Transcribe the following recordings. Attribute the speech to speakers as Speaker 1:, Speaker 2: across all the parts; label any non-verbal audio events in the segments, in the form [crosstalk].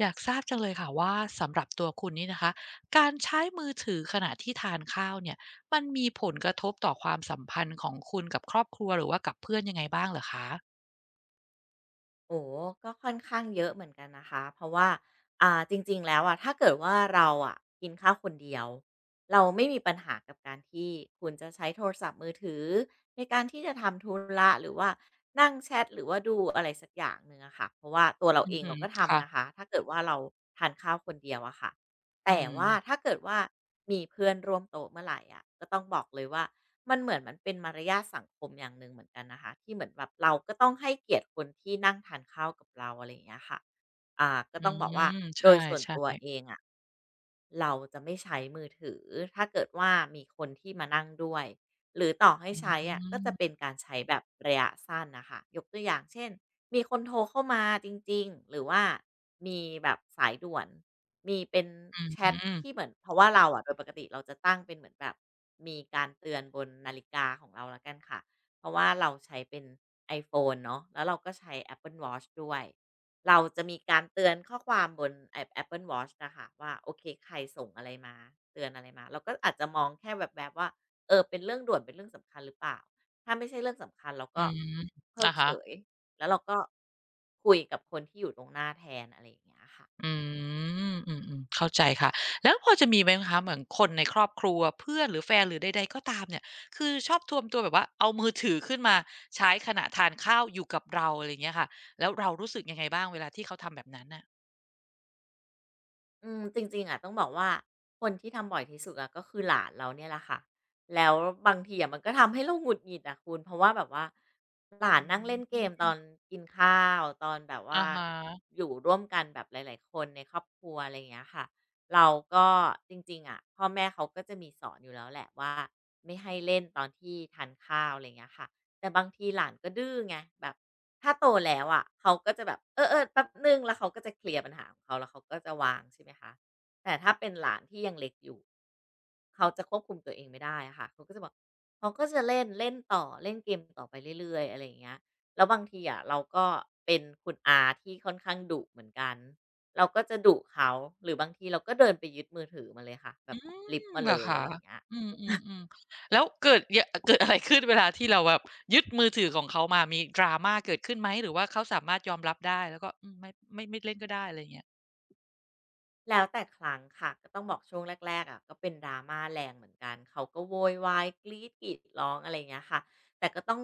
Speaker 1: อยากทราบจังเลยค่ะว่าสำหรับตัวคุณนี่นะคะการใช้มือถือขณะที่ทานข้าวเนี่ยมันมีผลกระทบต่อความสัมพันธ์ของคุณกับครอบครัวหรือว่ากับเพื่อนยังไงบ้างเหรอคะ
Speaker 2: โอ้ก็ค่อนข้างเยอะเหมือนกันนะคะเพราะว่าจริงๆแล้วอะถ้าเกิดว่าเราอะกินข้าวคนเดียวเราไม่มีปัญหากับการที่คุณจะใช้โทรศัพท์มือถือในการที่จะทำธุระหรือว่านั่งแชทหรือว่าดูอะไรสักอย่างหนึ่งอะค่ะเพราะว่าตัวเรา
Speaker 1: อื
Speaker 2: เอ
Speaker 1: อ
Speaker 2: ง
Speaker 1: ฮึ
Speaker 2: เราก็
Speaker 1: ค่ะ
Speaker 2: ทำนะคะ ถ้าเกิดว่าเราทานข้าวคนเดียวอะค่ะ
Speaker 1: อื
Speaker 2: แต่
Speaker 1: ม
Speaker 2: ว่าถ้าเกิดว่ามีเพื่อนร่วมโต๊ะเมื่อไหร่อะก็ต้องบอกเลยว่ามันเหมือนมันเป็นมารยาทสังคมอย่างหนึ่งเหมือนกันนะคะที่เหมือนแบบเราก็ต้องให้เกียรติคนที่นั่งทานข้าวกับเราอะไรอย่างเงี้ยค่ะก็
Speaker 1: อื
Speaker 2: ต้องบอกว่า
Speaker 1: มใ
Speaker 2: โดยส่วน
Speaker 1: ช่
Speaker 2: ตัวเอ
Speaker 1: ๆ
Speaker 2: งอะเราจะไม่ใช้มือถือถ้าเกิดว่ามีคนที่มานั่งด้วยหรือต่อให้
Speaker 1: อื
Speaker 2: ใช้อะก็จะ
Speaker 1: ม
Speaker 2: เป็นการใช้แบบระยะสั้นนะคะยกตัวอย่างเช่น มีคนโทรเข้ามาจริงๆหรือว่ามีแบบสายด่วนมีเป็น
Speaker 1: อือ
Speaker 2: แชต
Speaker 1: ฮึ
Speaker 2: ที่เหมือนเพราะว่าเราอะโดยปกติเราจะตั้งเป็นเหมือนแบบมีการเตือนบนนาฬิกาของเราแล้วกันค่ะเพราะว่าเราใช้เป็นไอโฟนเนาะแล้วเราก็ใช้ Apple Watch ด้วยเราจะมีการเตือนข้อความบนแอป Apple Watch นะคะว่าโอเคใครส่งอะไรมาเตือนอะไรมาเราก็อาจจะมองแค่แวบๆว่าเออเป็นเรื่องด่วนเป็นเรื่องสำคัญหรือเปล่าถ้าไม่ใช่เรื่องสำคัญเรา
Speaker 1: อื
Speaker 2: ก็
Speaker 1: ม
Speaker 2: เพิ
Speaker 1: อะ
Speaker 2: ก
Speaker 1: ฮะ
Speaker 2: เฉย แล้วเราก็คุยกับคนที่อยู่ตรงหน้าแทนอะไรอย่างเงี้ยค่ะ
Speaker 1: อืมอืมๆเข้าใจค่ะแล้วพอจะมีไหมคะเหมือนคนในครอบครัวเพื่อนหรือแฟนหรือใดๆก็ตามเนี่ยคือชอบทวมตัวแบบว่าเอามือถือขึ้นมาใช้ขณะทานข้าวอยู่กับเราอะไรอย่างเงี้ยค่ะแล้วเรารู้สึกยังไงบ้างเวลาที่เขาทำแบบนั้นน่ะ
Speaker 2: อืมจริงๆอะต้องบอกว่าคนที่ทำบ่อยที่สุดอะก็คือหลานเราเนี่ยแหละค่ะแล้วบางทีอะมันก็ทำให้เราหงุดหงิดอะคุณเพราะว่าแบบว่าหลาน
Speaker 1: อื
Speaker 2: นั่งเล่นเกมต
Speaker 1: ม
Speaker 2: อนกินข้าวตอนแบบว่า
Speaker 1: อะฮะ
Speaker 2: อยู่ร่วมกันแบบหลายๆคนในครอบครัวอะไรอย่างเงี้ยค่ะเราก็จริงๆอะพ่อแม่เขาก็จะมีสอนอยู่แล้วแหละว่าไม่ให้เล่นตอนที่ทานข้าวอะไรอย่างเงี้ยค่ะ แต่บางทีหลานก็ดื้อไงแบบถ้าโตแล้วอะเขาก็จะแบบเออแป๊บหนึ่งแล้วเขาก็จะเคลียร์ปัญหาของเขาแล้วเขาก็จะวางใช่ไหมคะแต่ถ้าเป็นหลานที่ยังเล็กอยู่เขาจะควบคุมตัวเองไม่ได้อะค่ะเขาก็จะบอกเขาก็จะเล่นเล่นต่อเล่นเกมต่อไปเรื่อยๆอะไรอย่างเงี้ยแล้วบางทีอะเราก็เป็นคุณอาที่ค่อนข้างดุเหมือนกันเราก็จะดุเขาหรือบางทีเราก็เดินไปยึดมือถือมาเลยค่ะแบ
Speaker 1: อื
Speaker 2: บริบ
Speaker 1: ม
Speaker 2: มา
Speaker 1: เหร
Speaker 2: เล
Speaker 1: อ
Speaker 2: ยอะ
Speaker 1: คะ
Speaker 2: ไรอย่างเงี้ย
Speaker 1: อืมๆๆแล้วเกิดอะไรขึ้นเวลาที่เราแบบยึดมือถือของเขามามี drama เกิดขึ้นไหมหรือว่าเขาสามารถยอมรับได้แล้วก็อืมไม่ไม่เล่นก็ได้อะไรอย่างเงี้ย
Speaker 2: แล้วแต่ครั้งค่ะก็ต้องบอกช่วงแรกๆอ่ะก็เป็น drama แรงเหมือนกันเขาก็โวยวายกรี๊ดกรีดร้องอะไรอย่างเงี้ยค่ะแต่ก็ต้อง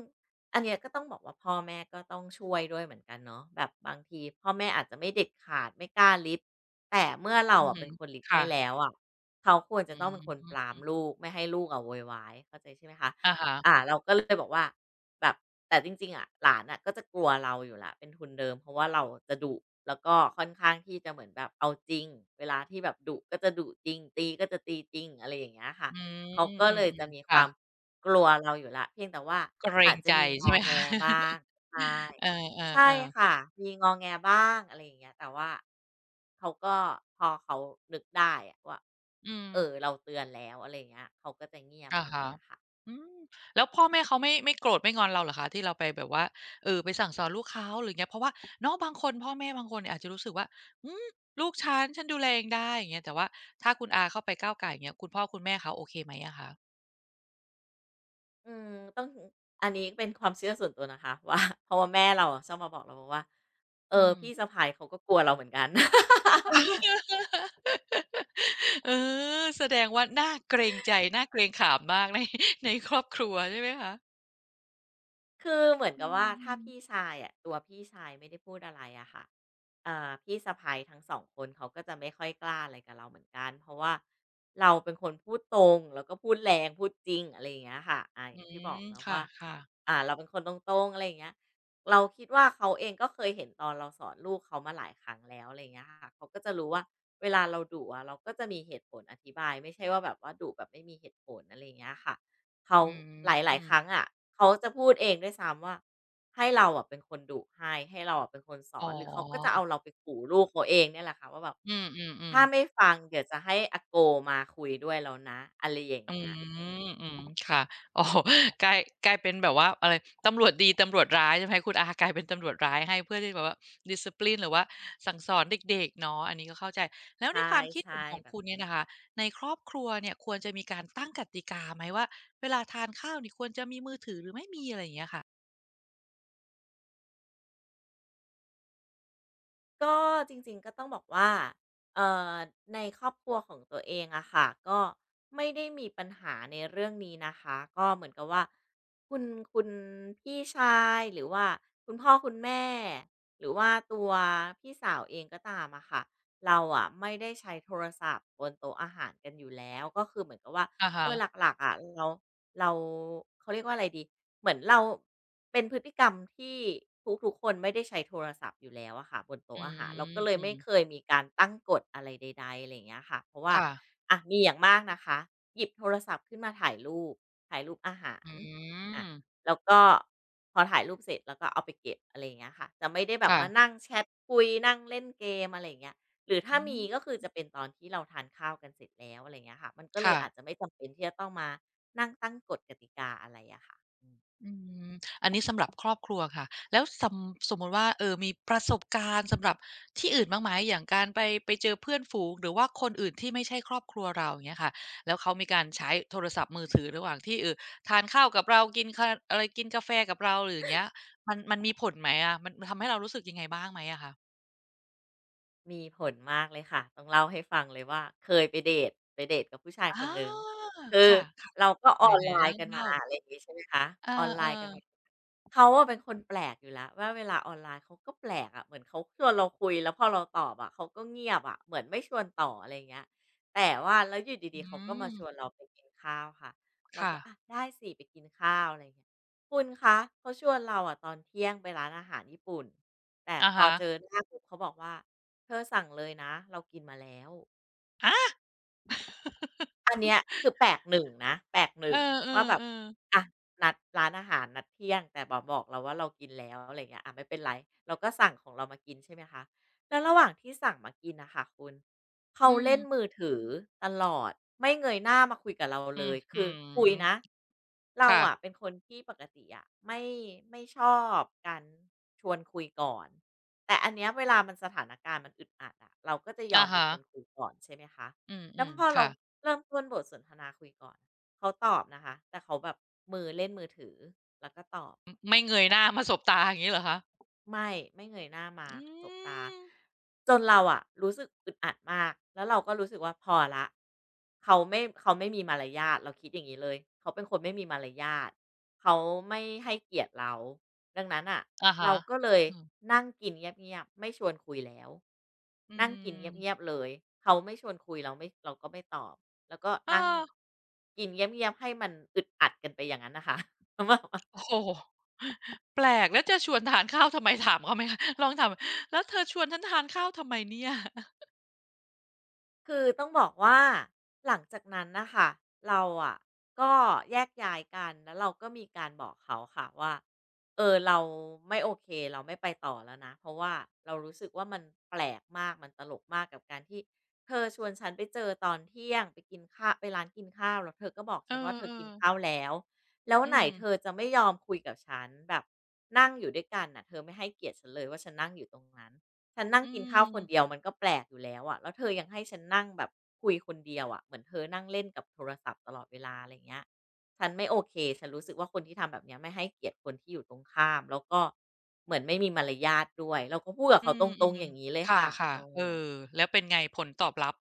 Speaker 2: อันเนี้ยก็ต้องบอกว่าพ่อแม่ก็ต้องช่วยด้วยเหมือนกันเนาะแบบบางทีพ่อแม่อาจจะไม่เด็ดขาดไม่กล้าริดแต่เมื่อเรา
Speaker 1: อือ
Speaker 2: อะ
Speaker 1: ฮึ
Speaker 2: เป็นคนริดให้
Speaker 1: ค่ะ
Speaker 2: แล้วอะเขาควรจะ
Speaker 1: อื
Speaker 2: ต้องเป็นคนป
Speaker 1: ม
Speaker 2: รามลูกไม่ให้ลูกอะโวยวายเข้าใจใช่ไหมคะ
Speaker 1: อะฮะ
Speaker 2: เราก็เลยบอกว่า แบบแต่จริงๆอะหลานน่ะก็จะกลัวเราอยู่แล้วเป็นทุนเดิมเพราะว่าเราจะดุแล้วก็ค่อนข้างที่จะเหมือนแบบเอาจริงเวลาที่แบบดุก็จะดุจริงตีก็จะตีจริงอะไรอย่างเงี้ยค่ะ
Speaker 1: อื
Speaker 2: เขา
Speaker 1: ม
Speaker 2: ก็
Speaker 1: อื
Speaker 2: เลยจะ
Speaker 1: ม
Speaker 2: มี
Speaker 1: ๆ
Speaker 2: ความ
Speaker 1: ค่ะ
Speaker 2: กลัวเราอยู่แล้วเพียงแต่ว่า
Speaker 1: เกร
Speaker 2: อา
Speaker 1: ง
Speaker 2: จจะ
Speaker 1: ใจ
Speaker 2: มีง
Speaker 1: ใช่
Speaker 2: อ
Speaker 1: ไหม
Speaker 2: แง
Speaker 1: คะ
Speaker 2: บ้าง
Speaker 1: [laughs]
Speaker 2: ใช่
Speaker 1: เอ
Speaker 2: ใช่
Speaker 1: อๆๆ
Speaker 2: ค่ะมีงอแงบ้างอะไรอย่างเงี้ยแต่ว่าเขาก็พอเขานึกได้อะว่า
Speaker 1: อืม
Speaker 2: เออเราเตือนแล้วอะไรอย่างเงี้ยเขาก็จะเงียบอะ
Speaker 1: อะ
Speaker 2: ไรอย่าง
Speaker 1: ฮะ
Speaker 2: เงี้ยค่ะ
Speaker 1: อืมแล้วพ่อแม่เขาไม่โกรธไม่งอนเราเหรอคะที่เราไปแบบว่าเออไปสั่งสอนลูกเขาหรืออย่างเงี้ยเพราะว่าเนาะบางคนพ่อแม่บางคนเนี่ยอาจจะรู้สึกว่าอืมลูกฉันฉันดูแลเองได้อย่างเงี้ยแต่ว่าถ้าคุณอาเข้าไปก้าวก่ายอย่างเงี้ยคุณพ่อคุณแม่เขาโอเคไหมอะคะ
Speaker 2: อืมต้องอันนี้เป็นความเชื่อส่วนตัวนะคะ [laughs] ว่าเพราะว่าแม่เราอะชอบมาบอกเราบอกว่าเอ
Speaker 1: อื
Speaker 2: อ
Speaker 1: ม
Speaker 2: พี่สะใภ้เขาก็กลัวเราเหมือนกัน
Speaker 1: [laughs] เออแสดงว่าน่าเกรงใจน่าเกรงขามมากใน [laughs] ในครอบครัวใช่ไหมคะ
Speaker 2: คือเหมือน
Speaker 1: อื
Speaker 2: กับว่าถ้า
Speaker 1: ม
Speaker 2: พี่ชายอะตัวพี่ชายไม่ได้พูดอะไรอะค่ะเอ่าพี่สะใภ้ทั้งสองคนเขาก็จะไม่ค่อยกล้าอะไรกับเราเหมือนกันเพราะว่าเราเป็นคนพูดตรงแล้วก็พูดแรงพูดจริงอะไรอย่างเงี้ยค่ะอาอ
Speaker 1: อื
Speaker 2: ย่างที่บอ
Speaker 1: ม
Speaker 2: กเนาะ
Speaker 1: ค
Speaker 2: ว่า
Speaker 1: ่ะๆ
Speaker 2: เราเป็นคนตรงๆอะไรอย่างเงี้ยเราคิดว่าเขาเองก็เคยเห็นตอนเราสอนลูกเขามาหลายครั้งแล้วอะไรอย่างเงี้ยค่ะเขาก็จะรู้ว่าเวลาเราดุอะเราก็จะมีเหตุผลอธิบายไม่ใช่ว่าแบบว่าดุแบบไม่มีเหตุผลอะไรอย่างเงี้ยค่ะ เขา
Speaker 1: อื
Speaker 2: หลายๆครั้ง
Speaker 1: ม
Speaker 2: อะเขาจะพูดเองด้วยซ้ำว่าให้เราอะเป็นคนดุให้เราอะเป็นคนสอ
Speaker 1: อ๋
Speaker 2: นหรือเขาก็จะ
Speaker 1: อ
Speaker 2: เอาเราไปขู่ลูกเขาเองเนี่ยแหละค่ะว่าแบบ
Speaker 1: อืม
Speaker 2: ถ้า
Speaker 1: ๆๆ
Speaker 2: ไม่ฟังเดี๋ยวจะให้อาโกมาคุยด้วยแล้วนะอะไรอย่าง
Speaker 1: อื
Speaker 2: เงี้ยอืม
Speaker 1: มอืมค่ะอ๋อกลายกลายเป็นแบบว่าอะไรตำรวจดีตำรวจร้ายใช่ไหมคุณอากลายเป็นตำรวจร้ายให้เพื่อที่แบบว่าดิสซิปลินหรือว่าสั่งสอนเด็กๆเนาะอันนี้ก็เข้าใจแล้ว
Speaker 2: ใช
Speaker 1: ในความคิดเห็
Speaker 2: ่
Speaker 1: นของ
Speaker 2: ๆแบบ
Speaker 1: คุณ
Speaker 2: นั้น
Speaker 1: เนี่ย
Speaker 2: เลย
Speaker 1: นะคะ
Speaker 2: ค่ะ
Speaker 1: ในครอบครัวเนี่ยควรจะมีการตั้งกติกาไหมว่าเวลาทานข้าวนี่ควรจะมีมือถือหรือไม่มีอะไรอย่างเงี้ยค่ะ
Speaker 2: ก็จริงๆก็ต้องบอกว่าเอ่อในครอบครัวของตัวเองอะค่ะก็ไม่ได้มีปัญหาในเรื่องนี้นะคะก็เหมือนกับว่าคุณคุณพี่ชายหรือว่าคุณพ่อคุณแม่หรือว่าตัวพี่สาวเองก็ตามอะค่ะเราอะไม่ได้ใช้โทรศัพท์บนโต๊ะอาหารกันอยู่แล้วก็คือเหมือนกับว่า
Speaker 1: อะ
Speaker 2: เออ
Speaker 1: ฮะ
Speaker 2: หลักๆอะเราเขาเรียกว่าอะไรดีเหมือนเราเป็นพฤติกรรมที่ทุกๆคนไม่ได้ใช้โทรศัพท์อยู่แล้วอะค่ะบนโต๊ะ
Speaker 1: อื
Speaker 2: อาหารเรา
Speaker 1: ม
Speaker 2: ก็เลย
Speaker 1: อื
Speaker 2: ไม่
Speaker 1: ม
Speaker 2: เคยมีการตั้งกฎอะไรใดๆอะไรอย่างเงี้ยค่ะเพราะว่า
Speaker 1: ค่ะ
Speaker 2: อะมีอย่างมากนะคะหยิบโทรศัพท์ขึ้นมาถ่ายรูปถ่ายรูปอาหา
Speaker 1: อื
Speaker 2: รอะ
Speaker 1: ม
Speaker 2: แล้วก็พอถ่ายรูปเสร็จแล้วก็เอาไปเก็บอะไรอย่างเงี้ยค่ะจะไม่ได้แบบ
Speaker 1: ค่ะ
Speaker 2: มานั่งแชตคุยนั่งเล่นเกมอะไรอย่างเงี้ย หรือถ้า
Speaker 1: อื
Speaker 2: มีก็
Speaker 1: ม
Speaker 2: คือจะเป็นตอนที่เราทานข้าวกันเสร็จแล้วอะไรเงี้ยค่ะมันก็เลย
Speaker 1: ค่ะ
Speaker 2: อาจจะไม่จำเป็นที่จะต้องมานั่งตั้งกฎกติกาอะไรอะค่ะ
Speaker 1: อืมอันนี้สำหรับครอบครัวค่ะแล้วสมมุติว่ามีประสบการณ์สำหรับที่อื่นบ้างไหมอย่างการไปเจอเพื่อนฝูงหรือว่าคนอื่นที่ไม่ใช่ครอบครัวเราอย่างเงี้ยค่ะแล้วเขามีการใช้โทรศัพท์มือถือระหว่างที่ทานข้าวกับเรากินคาอะไรกินกาแฟกับเราหรืออย่างเงี้ยมันมีผลไหมอะมันทำให้เรารู้สึกยังไงบ้างไหมอะคะ
Speaker 2: มีผลมากเลยค่ะต้องเล่าให้ฟังเลยว่าเคยไปเดตไปเดตกับผู้ชาย
Speaker 1: อ
Speaker 2: คนหนึ่ง
Speaker 1: า
Speaker 2: คือ
Speaker 1: ค่ะ
Speaker 2: เราก็
Speaker 1: ๆไหน
Speaker 2: ออน
Speaker 1: ไหน
Speaker 2: ไล
Speaker 1: เล่า
Speaker 2: น์กันมา
Speaker 1: เล่า
Speaker 2: อะไรอย่างงี้ใช่ไหมคะ
Speaker 1: เออ
Speaker 2: ออนไลน์กันมา
Speaker 1: ๆ
Speaker 2: เขาอะเป็นคนแปลกอยู่แล้วว่าเวลาออนไลน์เขาก็แปลกอะเหมือนเขาชวนเราคุยแล้วพอเราตอบอะเขาก็เงียบอะเหมือนไม่ชวนต่ออะไรอย่างเงี้ยแต่ว่าแล้วอยู่ดี
Speaker 1: อื
Speaker 2: ๆเขาก็มา
Speaker 1: ม
Speaker 2: ชวนเราไปกินข้าวค่ะเรา
Speaker 1: ค่ะ
Speaker 2: ก็อะได้สิไปกินข้าวอะไรอย่างเงี้ยคุณคะเขาชวนเราอะตอนเที่ยงไปร้านอาหารญี่ปุ่นแต่
Speaker 1: อะ
Speaker 2: พอ
Speaker 1: ฮะ
Speaker 2: เจอหน้าปุ๊บเขาบอกว่า เธอสั่งเลยนะเรากินมาแล้ว
Speaker 1: อา
Speaker 2: อันเนี้ยคือแปลก1นงนะแปลก
Speaker 1: เอ
Speaker 2: 1
Speaker 1: อ
Speaker 2: ว่าแบบ
Speaker 1: ๆๆ
Speaker 2: อะนัดร้านอาหารนัดเที่ยงแต่มาบอกเราว่าเรากินแล้วอะไรอย่างเงี้ยอาไม่เป็นไรเราก็สั่งของเรามากินใช่ไหมคะแล้วระหว่างที่สั่งมากินอะค่ะคุณเขา
Speaker 1: อืม
Speaker 2: เล่นมือถือตลอดไม่เงยหน้ามาคุยกับเราเล
Speaker 1: อื้อ
Speaker 2: ยคื
Speaker 1: ฮื
Speaker 2: อคุย
Speaker 1: อ
Speaker 2: นะเรา
Speaker 1: ค่ะ
Speaker 2: อะเป็นคนที่ปกติอะไม่ชอบการชวนคุยก่อนแต่อันเนี้ยเวลามันสถานการณ์มันอึดอัดอะเราก็จะยอ
Speaker 1: อะ
Speaker 2: มเป็น
Speaker 1: ฮะ
Speaker 2: คนคุยก่อนใช่ไหมคะ
Speaker 1: อื
Speaker 2: แล้ว
Speaker 1: ม
Speaker 2: พอ
Speaker 1: ๆ
Speaker 2: เรา
Speaker 1: ค่ะ
Speaker 2: เริ่มต้นบทสนทนาคุยก่อนเขาตอบนะคะแต่เขาแบบมือเล่นมือถือแล้วก็ตอบ
Speaker 1: อไม่เงยหน้ามาสบตาอย่างงี้เหรอคะ
Speaker 2: ไม่ไม่เงยหน้ามา
Speaker 1: อื
Speaker 2: สบตา
Speaker 1: ม
Speaker 2: จนเราอะรู้สึกอึดอัดมากแล้วเราก็รู้สึกว่าพอแล้วเขาไม่มีมารยาทเราคิดอย่างงี้เลยเขาเป็นคนไม่มีมารยาทเขาไม่ให้เกียรติเราดังนั้นน่ะ
Speaker 1: อะ
Speaker 2: เรา
Speaker 1: ฮะ
Speaker 2: ก็เลย
Speaker 1: อืม
Speaker 2: นั่งกินเงียบๆไม่ชวนคุยแล้ว
Speaker 1: อื
Speaker 2: นั่งกินเ
Speaker 1: ม
Speaker 2: งียบๆเลยเขาไม่ชวนคุยเราก็ไม่ตอบแล้วก็
Speaker 1: เอ
Speaker 2: นั่ง
Speaker 1: อ
Speaker 2: กินเงียบๆให้มันอึดอัดกันไปอย่างนั้นน่ะค่ะ [laughs] แล้วแบบ
Speaker 1: โอ้โฮแปลกแล้วจะชวนทานข้าวทำไมถามเขาไหมคะลองถามแล้วเธอชวนฉันทานข้าวทำไมเนี่ย
Speaker 2: คือต้องบอกว่าหลังจากนั้นนะคะเราอะก็แยกย้ายกันแล้วเราก็มีการบอกเขาค่ะว่าเออเราไม่โอเคเราไม่ไปต่อแล้วนะเพราะว่าเรารู้สึกว่ามันแปลกมากมันตลกมากกับการที่เธอชวนฉันไปเจอตอนเที่ยงไปกินข้าวไปร้านกินข้าวแล้วเธอก็บอก
Speaker 1: เอ
Speaker 2: ฉันว่าเธอกิ
Speaker 1: อ
Speaker 2: นข้าว
Speaker 1: ๆ
Speaker 2: แล้วแล้ว
Speaker 1: อื
Speaker 2: ไหน
Speaker 1: ม
Speaker 2: เธอจะไม่ยอมคุยกับฉันแบบนั่งอยู่ด้วยกันน่ะเธอไม่ให้เกียรติฉันเลยว่าฉันนั่งอยู่ตรงนั้น ฉันนั่ง
Speaker 1: อื
Speaker 2: กินข้าวคนเดีย
Speaker 1: ม
Speaker 2: วมันก็แปลกอยู่แล้วอะแล้วเธอยังให้ฉันนั่งแบบคุยคนเดียวอะเหมือนเธอนั่งเล่นกับโทรศัพท์ตลอดเวลาอะไรเงี้ยฉันไม่โอเคฉันรู้สึกว่าคนที่ทำแบบเนี้ยไม่ให้เกียรติคนที่อยู่ตรงข้ามแล้วก็เหมือนไม่มีมารยาทด้วยเราก็พูดกับ
Speaker 1: อื
Speaker 2: เขาตรง
Speaker 1: ม
Speaker 2: ๆอย่างนี้เลย
Speaker 1: ๆ
Speaker 2: ค่ะ
Speaker 1: ค่ะ
Speaker 2: เอ
Speaker 1: ๆเอ
Speaker 2: อ
Speaker 1: อแล้วเป็นไงผลตอบรับ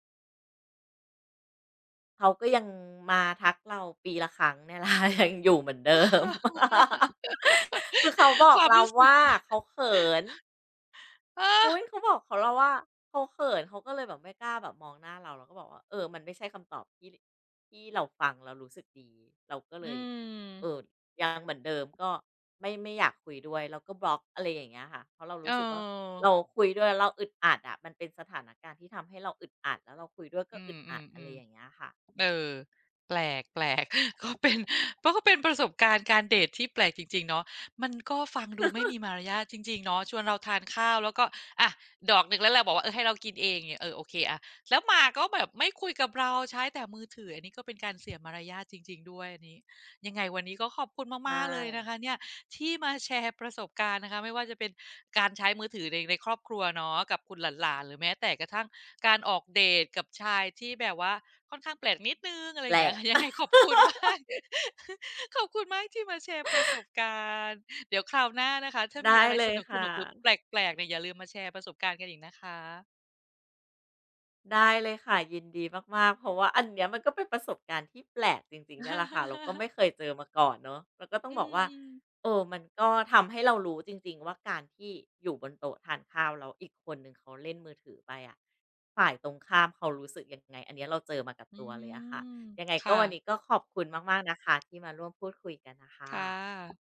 Speaker 2: เขาก็ยังมาทักเราปีละครั้งเนี่ยละ [laughs] ยังอยู่เหมือนเดิม [laughs] คือเขาบอ
Speaker 1: ค
Speaker 2: ก
Speaker 1: วาม
Speaker 2: เรา
Speaker 1: รู้สึก
Speaker 2: ว่าเขาเขิน
Speaker 1: เออ
Speaker 2: อุ๊ยเขาบอกเขาแล้ว่าเขาเขินเขาก็เลยแบบไม่กล้าแบบมองหน้าเราเราก็บอกว่าเออมันไม่ใช่คำตอบที่เราฟังแล้วรู้สึกดีเราก็เล
Speaker 1: อื
Speaker 2: ยเอ่อ
Speaker 1: ม
Speaker 2: ยังเหมือนเดิมก็ไม่อยากคุยด้วยแล้วก็บล็อกอะไรอย่างเงี้ยค่ะเพราะเรา
Speaker 1: เอ
Speaker 2: รู้สึกว่าเรา
Speaker 1: อ
Speaker 2: คุยด้วยแล้วเราอึดอัดอะมันเป็นสถานการณ์ที่ทำให้เราอึดอัดแล้วเราคุยด้วยก็
Speaker 1: อื
Speaker 2: อึดอัดอะไร
Speaker 1: ม
Speaker 2: อย่าง
Speaker 1: ๆ
Speaker 2: เงี้ยค่ะอื
Speaker 1: ๆ เอ
Speaker 2: ม
Speaker 1: อแปลกแปลก [laughs] ก็เป็นเพราะก็เป็นประสบการณ์การเดทที่แปลกจริงๆเนาะมันก็ฟังดูไม่มีมารยาทจริงๆเนาะชวนเราทานข้าวแล้วก็อ่ะดอกหนึ่งแล้วเราบอกว่าเออให้เรากินเองเนี่ยเออโอเคอะแล้วมาก็แบบไม่คุยกับเราใช้แต่มือถืออันนี้ก็เป็นการเสียมารยาทจริงๆด้วยอันนี้ยังไงวันนี้ก็ขอบคุณ
Speaker 2: ใช่
Speaker 1: มากๆเลยนะคะเนี่ยที่มาแชร์ประสบการณ์นะคะไม่ว่าจะเป็นการใช้มือถือในครอบครัวเนาะกับคุณหลานๆหรือแม้แต่กระทั่ง การออกเดตกับชายที่แบบว่าค่อนข้างแปลกนิดหนึ่งอะไร
Speaker 2: แป
Speaker 1: อ
Speaker 2: ล
Speaker 1: ย่างเงี้
Speaker 2: ก
Speaker 1: ย [laughs] ยัง
Speaker 2: [laughs]
Speaker 1: ไงขอบคุณมาก [laughs] ขอบคุณมากที่มาแชร์ประสบการณ์เดี๋ยวคราวหน้านะคะถ้า
Speaker 2: ได้
Speaker 1: มีอะไร
Speaker 2: เล
Speaker 1: ส
Speaker 2: ย
Speaker 1: น
Speaker 2: ค่
Speaker 1: ุกๆหรือแ
Speaker 2: ะ
Speaker 1: ปลกๆเนี่ยอย่าลืมมาแชร์ประสบการณ์กันอีกนะคะ
Speaker 2: ได้เลยค่ะยินดีมากๆเพราะว่าอันเนี้ยมันก็เป็นประสบการณ์ที่แปลกจริงๆเนี่ยแหละค่ะเราก็
Speaker 1: [laughs]
Speaker 2: ไม่เคยเจอมาก่อนเนาะแล้วก็ต้อง
Speaker 1: อื
Speaker 2: บอกว่า
Speaker 1: มๆ
Speaker 2: เออมันก็ทำให้เรารู้จริงๆว่าการที่อยู่บนโต๊ะทานข้าวแล้วอีกคนหนึ่งเขาเล่นมือถือไปอะฝ่ายตรงข้ามเขารู้สึกยังไงอันเนี้ยเราเจอมากับ
Speaker 1: อื
Speaker 2: ตัวเลยอะค่ะ
Speaker 1: ม
Speaker 2: ยังไงก็
Speaker 1: ค่ะ
Speaker 2: วันนี้ก็ขอบคุณมากๆนะคะที่มาร่วมพูดคุยกันน่ะค่ะ
Speaker 1: ค่ะ